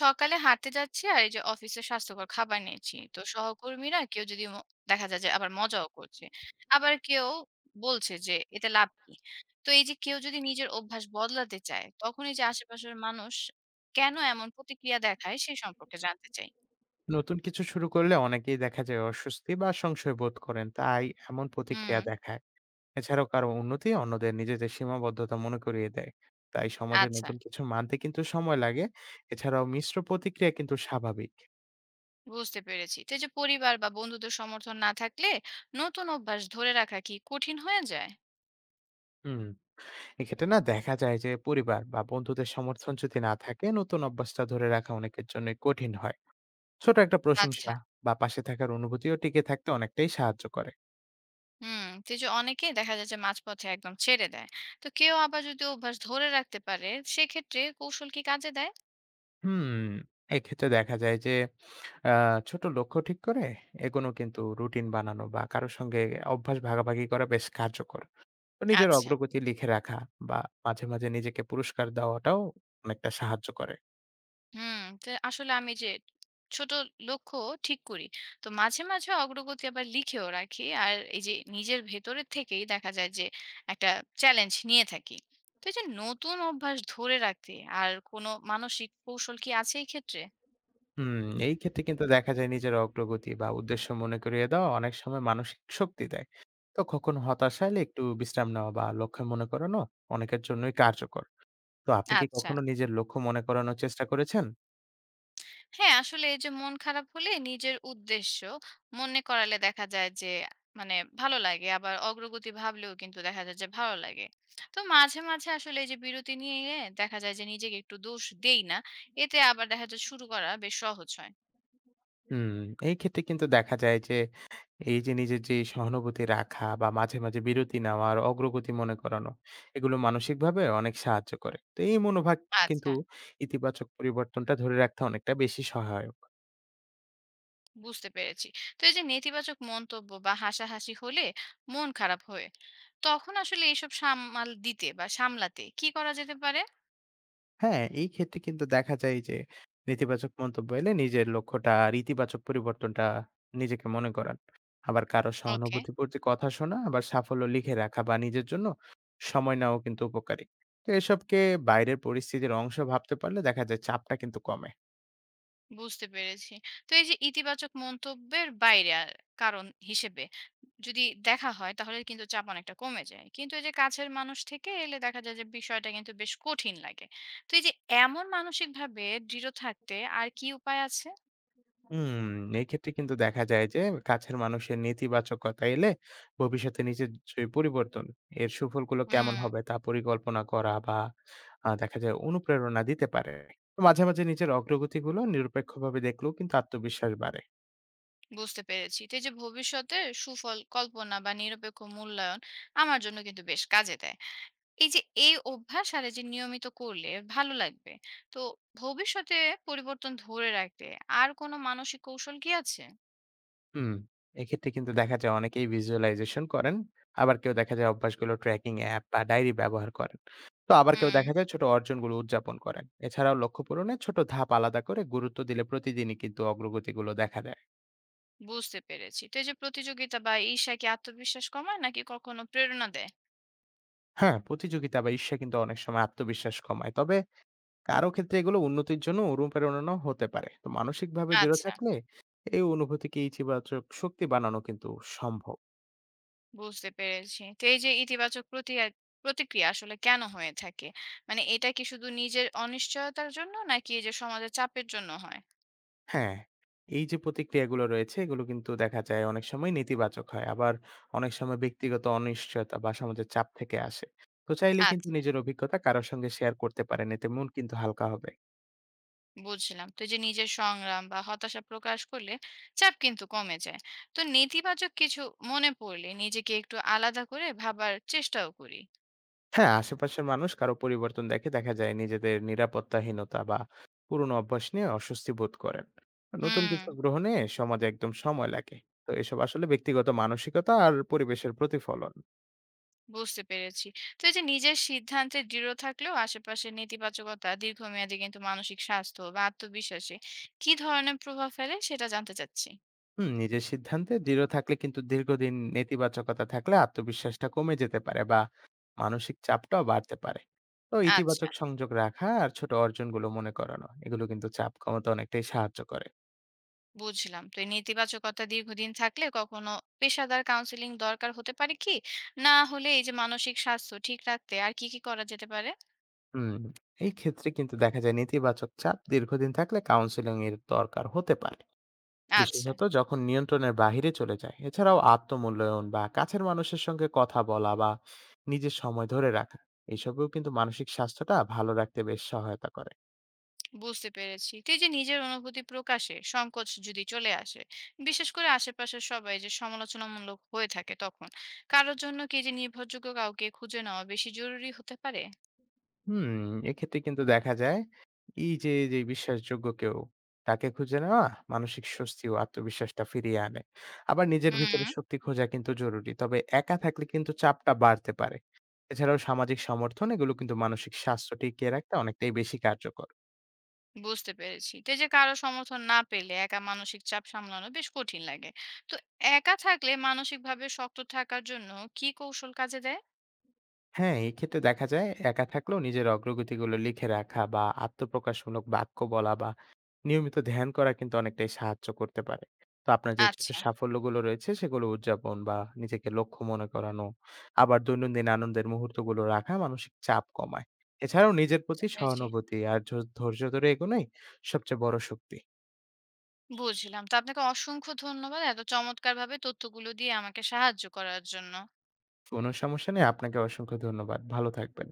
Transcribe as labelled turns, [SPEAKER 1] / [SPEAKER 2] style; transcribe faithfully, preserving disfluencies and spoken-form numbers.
[SPEAKER 1] সকালে হাঁটতে যাচ্ছি আর এই যে অফিসে স্বাস্থ্যকর খাবার নিয়েছি তো সহকর্মীরা কেউ যদি ম- দেখা যায় যে আবার মজাও করছে আবার কেউ বলছে যে এতে লাভ কি। তো এই যে কেউ যদি নিজের অভ্যাস বদলাতে চায় তখন এই যে আশেপাশের মানুষ কেন এমন প্রতিক্রিয়া দেখায় সে সম্পর্কে জানতে চাই।
[SPEAKER 2] নতুন কিছু শুরু করলে অনেকেই দেখা যায় অস্বস্তি বা সংশয় বোধ করেন, তাই এমন
[SPEAKER 1] হুম।
[SPEAKER 2] প্রতিক্রিয়া দেখায়। এছাড়াও কারো উন্নতি অন্যদের নিজেদের সীমাবদ্ধতা মনে করিয়ে দেয়। তাই সমাজে
[SPEAKER 1] আচ্ছা।
[SPEAKER 2] নতুন কিছু মানতে কিন্তু সময় লাগে। এছাড়াও মিশ্র প্রতিক্রিয়া কিন্তু স্বাভাবিক।
[SPEAKER 1] বুঝতে পেরেছি, তো এই যে পরিবার বা বন্ধুদের সমর্থন না থাকলে নতুন অভ্যাস ধরে রাখা কি কঠিন হয়ে যায়?
[SPEAKER 2] হুম, এক্ষেত্রে না দেখা যায় যে পরিবার বা বন্ধুদের সমর্থন যদি না থাকে, নতুন অভ্যাসটা ধরে রাখা অনেকের জন্য কঠিন হয়। ছোট একটা প্রশংসা
[SPEAKER 1] আচ্ছা।
[SPEAKER 2] বা পাশে থাকার অনুভূতিও টিকে থাকতে অনেকটাই সাহায্য করে।
[SPEAKER 1] হুম, তো এই যে অনেকেই দেখা যায় যে মাঝপথে একদম ছেড়ে দেয়। তো কেউ আবার যদি অভ্যাস ধরে রাখতে পারে, সেক্ষেত্রে কৌশল কি কাজে দেয়?
[SPEAKER 2] হুম, এক্ষেত্রে দেখা যায় যে আ ছোট লক্ষ্য ঠিক করে এগোনো কিন্তু রুটিন বানানো বা কারো সঙ্গে অভ্যাস ভাগাভাগি করা বেশ কার্যকর। তো নিজের
[SPEAKER 1] আচ্ছা।
[SPEAKER 2] অগ্রগতি লিখে রাখা বা মাঝে, মাঝে নিজেকে পুরস্কার দেওয়াটাও অনেকটা সাহায্য করে।
[SPEAKER 1] হুম, তো আসলে আমি যে ছোট লক্ষ্য ঠিক করি। তো মাঝে, মাঝে অগ্রগতি আবার লিখেও রাখি। আর এই যে নিজের ভেতরের থেকেই দেখা যায় যে একটা চ্যালেঞ্জ নিয়ে থাকি। তো এই যে নতুন অভ্যাস ধরে রাখতে আর কোনো মানসিক কৌশল কি আছে এই ক্ষেত্রে?
[SPEAKER 2] হুম, এই ক্ষেত্রে কিন্তু দেখা যায় নিজের অগ্রগতি বা উদ্দেশ্য মনে করিয়ে দেওয়া অনেক সময় মানসিক শক্তি দেয়। তো কখনো হতাশা এলে একটু বিশ্রাম নেওয়া বা লক্ষ্য মনে করানো অনেকের জন্যই কার্যকর। তো আপনি কি
[SPEAKER 1] আচ্ছা।
[SPEAKER 2] কখনো নিজের লক্ষ্য মনে করানোর চেষ্টা করেছেন?
[SPEAKER 1] হ্যাঁ, আসলে এই যে মন খারাপ হলে নিজের উদ্দেশ্য মনে করালে দেখা যায় যে মানে ভালো লাগে। আবার অগ্রগতি ভাবলেও কিন্তু দেখা যায় যে ভালো লাগে। তো মাঝে, মাঝে আসলে এই যে বিরতি নিয়ে দেখা যায় যে নিজেকে একটু দোষ দেই না। এতে আবার দেখা যায় শুরু করা বেশ সহজ হয়।
[SPEAKER 2] হুম, এই ক্ষেত্রে কিন্তু দেখা যায় যে এই যে নিজের যে সহানুভূতি রাখা বা মাঝে মাঝে বিরতি নেওয়া আর অগ্রগতি মনে করানো এগুলো মানসিকভাবে অনেক সাহায্য করে। তো এই মনোভাব কিন্তু
[SPEAKER 1] আচ্ছা,
[SPEAKER 2] ইতিবাচক পরিবর্তনটা ধরে রাখতে অনেকটা বেশি সহায়ক।
[SPEAKER 1] বুঝতে পেরেছি। তো এই যে নেতিবাচক মন্তব্য বা হাসাহাসি হলে মন খারাপ হয়ে, তখন আসলে এইসব সামাল দিতে বা সামলাতে কি করা যেতে পারে?
[SPEAKER 2] হ্যাঁ, এই ক্ষেত্রে কিন্তু দেখা যায় যে নেতিবাচক মন্তব্য এলে নিজের লক্ষ্যটা আর ইতিবাচক পরিবর্তনটা নিজেকে মনে করান। আবার কারো
[SPEAKER 1] ওকে।
[SPEAKER 2] সহানুভূতিপর যে কথা শোনা, আবার সাফল্য লিখে রাখা বা নিজের জন্য সময় নেওয়াও কিন্তু উপকারী। তো এসবকে বাইরের পরিস্থিতির অংশ ভাবতে পারলে দেখা যায় চাপটা কিন্তু কমে।
[SPEAKER 1] বুঝতে পেরেছি। তো এই যে ইতিবাচক মন্তব্যের বাইরে আ কারণ হিসেবে যদি দেখা হয় তাহলে কিন্তু চাপ অনেকটা কমে যায়। কিন্তু এই যে কাছের মানুষ থেকে এলে দেখা যায় যে বিষয়টা কিন্তু বেশ কঠিন লাগে। তো এই যে এমন মানসিকভাবে দৃঢ় থাকতে আর কি উপায় আছে?
[SPEAKER 2] হুম, এই ক্ষেত্রে কিন্তু দেখা যায় যে কাছের মানুষের নেতিবাচকতা এলে ভবিষ্যতে নিজের যে পরিবর্তন এর সুফলগুলো কেমন
[SPEAKER 1] হুম,
[SPEAKER 2] হবে তা পরিকল্পনা করা বা আহ, দেখা যায় অনুপ্রেরণা দিতে পারে। তো মাঝে মাঝে নিজের অগ্রগতিগুলো নিরপেক্ষভাবে দেখলেও কিন্তু আত্মবিশ্বাস বাড়ে।
[SPEAKER 1] বুঝতে পেরেছি। তো এই যে ভবিষ্যতে সুফল কল্পনা বা নিরপেক্ষ মূল্যায়ন আমার জন্য কিন্তু বেশ কাজে দেয়। এই যে এই অভ্যাস আর এই যে নিয়মিত করলে ভালো লাগবে। তো ভবিষ্যতে পরিবর্তন ধরে রাখতে আর কোনো মানসিক কৌশল কি আছে?
[SPEAKER 2] হুম, এক্ষেত্রে কিন্তু দেখা যায় অনেকেই ভিজুয়ালাইজেশন করেন, আবার কেউ দেখা যায় অভ্যাসগুলো ট্র্যাকিং অ্যাপ বা ডায়েরি ব্যবহার করেন। তো আবার কেউ
[SPEAKER 1] হুম,
[SPEAKER 2] দেখা যায় ছোট অর্জনগুলো উদযাপন করেন। এছাড়াও লক্ষ্য পূরণে ছোট ধাপ আলাদা করে গুরুত্ব দিলে প্রতিদিনই কিন্তু অগ্রগতিগুলো দেখা যায়।
[SPEAKER 1] বুঝতে পেরেছি। তো এই যে প্রতিযোগিতা বা ঈর্ষা কি আত্মবিশ্বাস কমায় নাকি কখনো প্রেরণা দেয়?
[SPEAKER 2] হ্যাঁ, প্রতিযোগিতা বা ঈর্ষা কিন্তু অনেক সময় আত্মবিশ্বাস কমায়। তবে কারো ক্ষেত্রে এগুলো উন্নতির জন্য অনুপ্রেরণাও হতে পারে। তো মানসিকভাবে দৃঢ়
[SPEAKER 1] আচ্ছা,
[SPEAKER 2] থাকলে এই অনুভূতিকে ইতিবাচক শক্তি বানানো কিন্তু সম্ভব।
[SPEAKER 1] বুঝতে পেরেছি। তো এই যে ইতিবাচক প্রতিয়া প্রতিক্রিয়া আসলে কেন হয়ে থাকে? মানে এটা কি শুধু নিজের অনিশ্চয়তার জন্য নাকি এই যে সমাজের চাপের জন্য হয়?
[SPEAKER 2] হ্যাঁ, এই যে প্রতিক্রিয়াগুলো রয়েছে এগুলো কিন্তু দেখা যায় অনেক সময় নেতিবাচক হয়। আবার অনেক সময় ব্যক্তিগত অনিশ্চয়তা বা সমাজের চাপ থেকে আসে। তো চাইলে কিন্তু
[SPEAKER 1] আচ্ছা।
[SPEAKER 2] নিজের অভিজ্ঞতা কারো সঙ্গে শেয়ার করতে পারেন। এতে মন কিন্তু হালকা হবে।
[SPEAKER 1] বুঝলাম। তো এই যে নিজের সংগ্রাম বা হতাশা প্রকাশ করলে চাপ কিন্তু কমে যায়। তো নেতিবাচক কিছু মনে পড়লে নিজেকে একটু আলাদা করে ভাবার চেষ্টাও করি।
[SPEAKER 2] হ্যাঁ, আশেপাশের মানুষ কারো পরিবর্তন দেখে দেখা যায় নিজেদের নিরাপত্তাহীনতা বা পুরনো অভ্যাস নিয়ে অস্বস্তি বোধ করেন। নতুন
[SPEAKER 1] হুম,
[SPEAKER 2] কিছু গ্রহণে সমাজে একদম সময় লাগে। তো এসব আসলে ব্যক্তিগত মানসিকতা আর পরিবেশের প্রতিফলন।
[SPEAKER 1] বুঝতে পেরেছি। তো এই যে নিজের সিদ্ধান্তে দৃঢ় থাকলেও আশেপাশের নেতিবাচকতা দীর্ঘমেয়াদে কিন্তু মানসিক স্বাস্থ্য বা আত্মবিশ্বাসে কি ধরনের প্রভাব ফেলে সেটা জানতে চাচ্ছি।
[SPEAKER 2] হুম, নিজের সিদ্ধান্তে দৃঢ় থাকলে কিন্তু দীর্ঘদিন নেতিবাচকতা থাকলে আত্মবিশ্বাসটা কমে যেতে পারে বা মানসিক চাপটাও বাড়তে পারে। তো
[SPEAKER 1] আচ্ছা।
[SPEAKER 2] ইতিবাচক সংযোগ রাখা আর ছোট অর্জনগুলো মনে করানো এগুলো কিন্তু চাপ কমাতে অনেকটাই সাহায্য করে।
[SPEAKER 1] বুঝলাম, তো এই নেতিবাচকতা দীর্ঘদিন থাকলে কখনো পেশাদার কাউন্সিলিং দরকার হতে পারে কি না, হলে এই যে মানসিক স্বাস্থ্য ঠিক রাখতে আর কি কি করা যেতে পারে?
[SPEAKER 2] হুম, এই ক্ষেত্রে কিন্তু দেখা যায় নেতিবাচক চাপ দীর্ঘদিন থাকলে কাউন্সিলিং এর দরকার হতে পারে,
[SPEAKER 1] আচ্ছা।
[SPEAKER 2] বিশেষত যখন নিয়ন্ত্রণের বাহিরে চলে যায়। এছাড়াও আত্মমূল্যায়ন বা কাছের মানুষের সঙ্গে কথা বলা বা নিজের সময় ধরে রাখা এসবেও কিন্তু মানসিক স্বাস্থ্যটা ভালো রাখতে বেশ সহায়তা করে।
[SPEAKER 1] বুঝতে পেরেছি, তো এই যে নিজের অনুভূতি প্রকাশে সংকোচ যদি চলে আসে, বিশেষ করে আশেপাশের সবাই যে সমালোচনামূলক হয়ে থাকে তখন কারোর জন্য কি এই যে নির্ভরযোগ্য কাউকে খুঁজে নেওয়া বেশি জরুরি হতে পারে?
[SPEAKER 2] হুম, এক্ষেত্রে কিন্তু দেখা যায় এই যে যে বিশ্বাসযোগ্য কেউ তাকে খুঁজে নেওয়া মানসিক স্বস্তি ও আত্মবিশ্বাসটা ফিরিয়ে আনে। আবার নিজের ভিতরে
[SPEAKER 1] হুম।
[SPEAKER 2] শক্তি খোঁজা কিন্তু জরুরি, তবে একা থাকলে কিন্তু চাপটা বাড়তে পারে। এছাড়াও সামাজিক সমর্থন এগুলো কিন্তু মানসিক স্বাস্থ্য টিকিয়ে রাখতে অনেকটাই বেশি কার্যকর।
[SPEAKER 1] বুঝতে পেরেছি। তো এই যে কারো সমর্থন না পেলে একা মানসিক চাপ সামলানো বেশ কঠিন লাগে। তো একা থাকলে মানসিকভাবে শক্ত থাকার জন্য কি কৌশল কাজে দেয়?
[SPEAKER 2] হ্যাঁ, এই ক্ষেত্রে দেখা যায় একা থাকলেও নিজের অগ্রগতিগুলো লিখে রাখা বা আত্মপ্রকাশমূলক বাক্য বলা বা নিয়মিত ধ্যান করা কিন্তু অনেকটাই সাহায্য করতে পারে। তো আপনার যে ছোট
[SPEAKER 1] আচ্ছা,
[SPEAKER 2] সাফল্যগুলো রয়েছে সেগুলো উদযাপন বা নিজেকে লক্ষ্য মনে করানো, আবার দৈনন্দিন আনন্দের মুহূর্তগুলো রাখা মানসিক চাপ কমায়। এছাড়াও নিজের
[SPEAKER 1] বুঝতে
[SPEAKER 2] প্রতি
[SPEAKER 1] পেরেছি।
[SPEAKER 2] সহানুভূতি আর ঝ ধৈর্য ধরে এগোনোই সবচেয়ে বড় শক্তি।
[SPEAKER 1] বুঝলাম। তো আপনাকে অসংখ্য ধন্যবাদ এত চমৎকারভাবে তথ্যগুলো দিয়ে আমাকে সাহায্য করার জন্য।
[SPEAKER 2] কোনো সমস্যা নেই, আপনাকে অসংখ্য ধন্যবাদ। ভালো থাকবেন।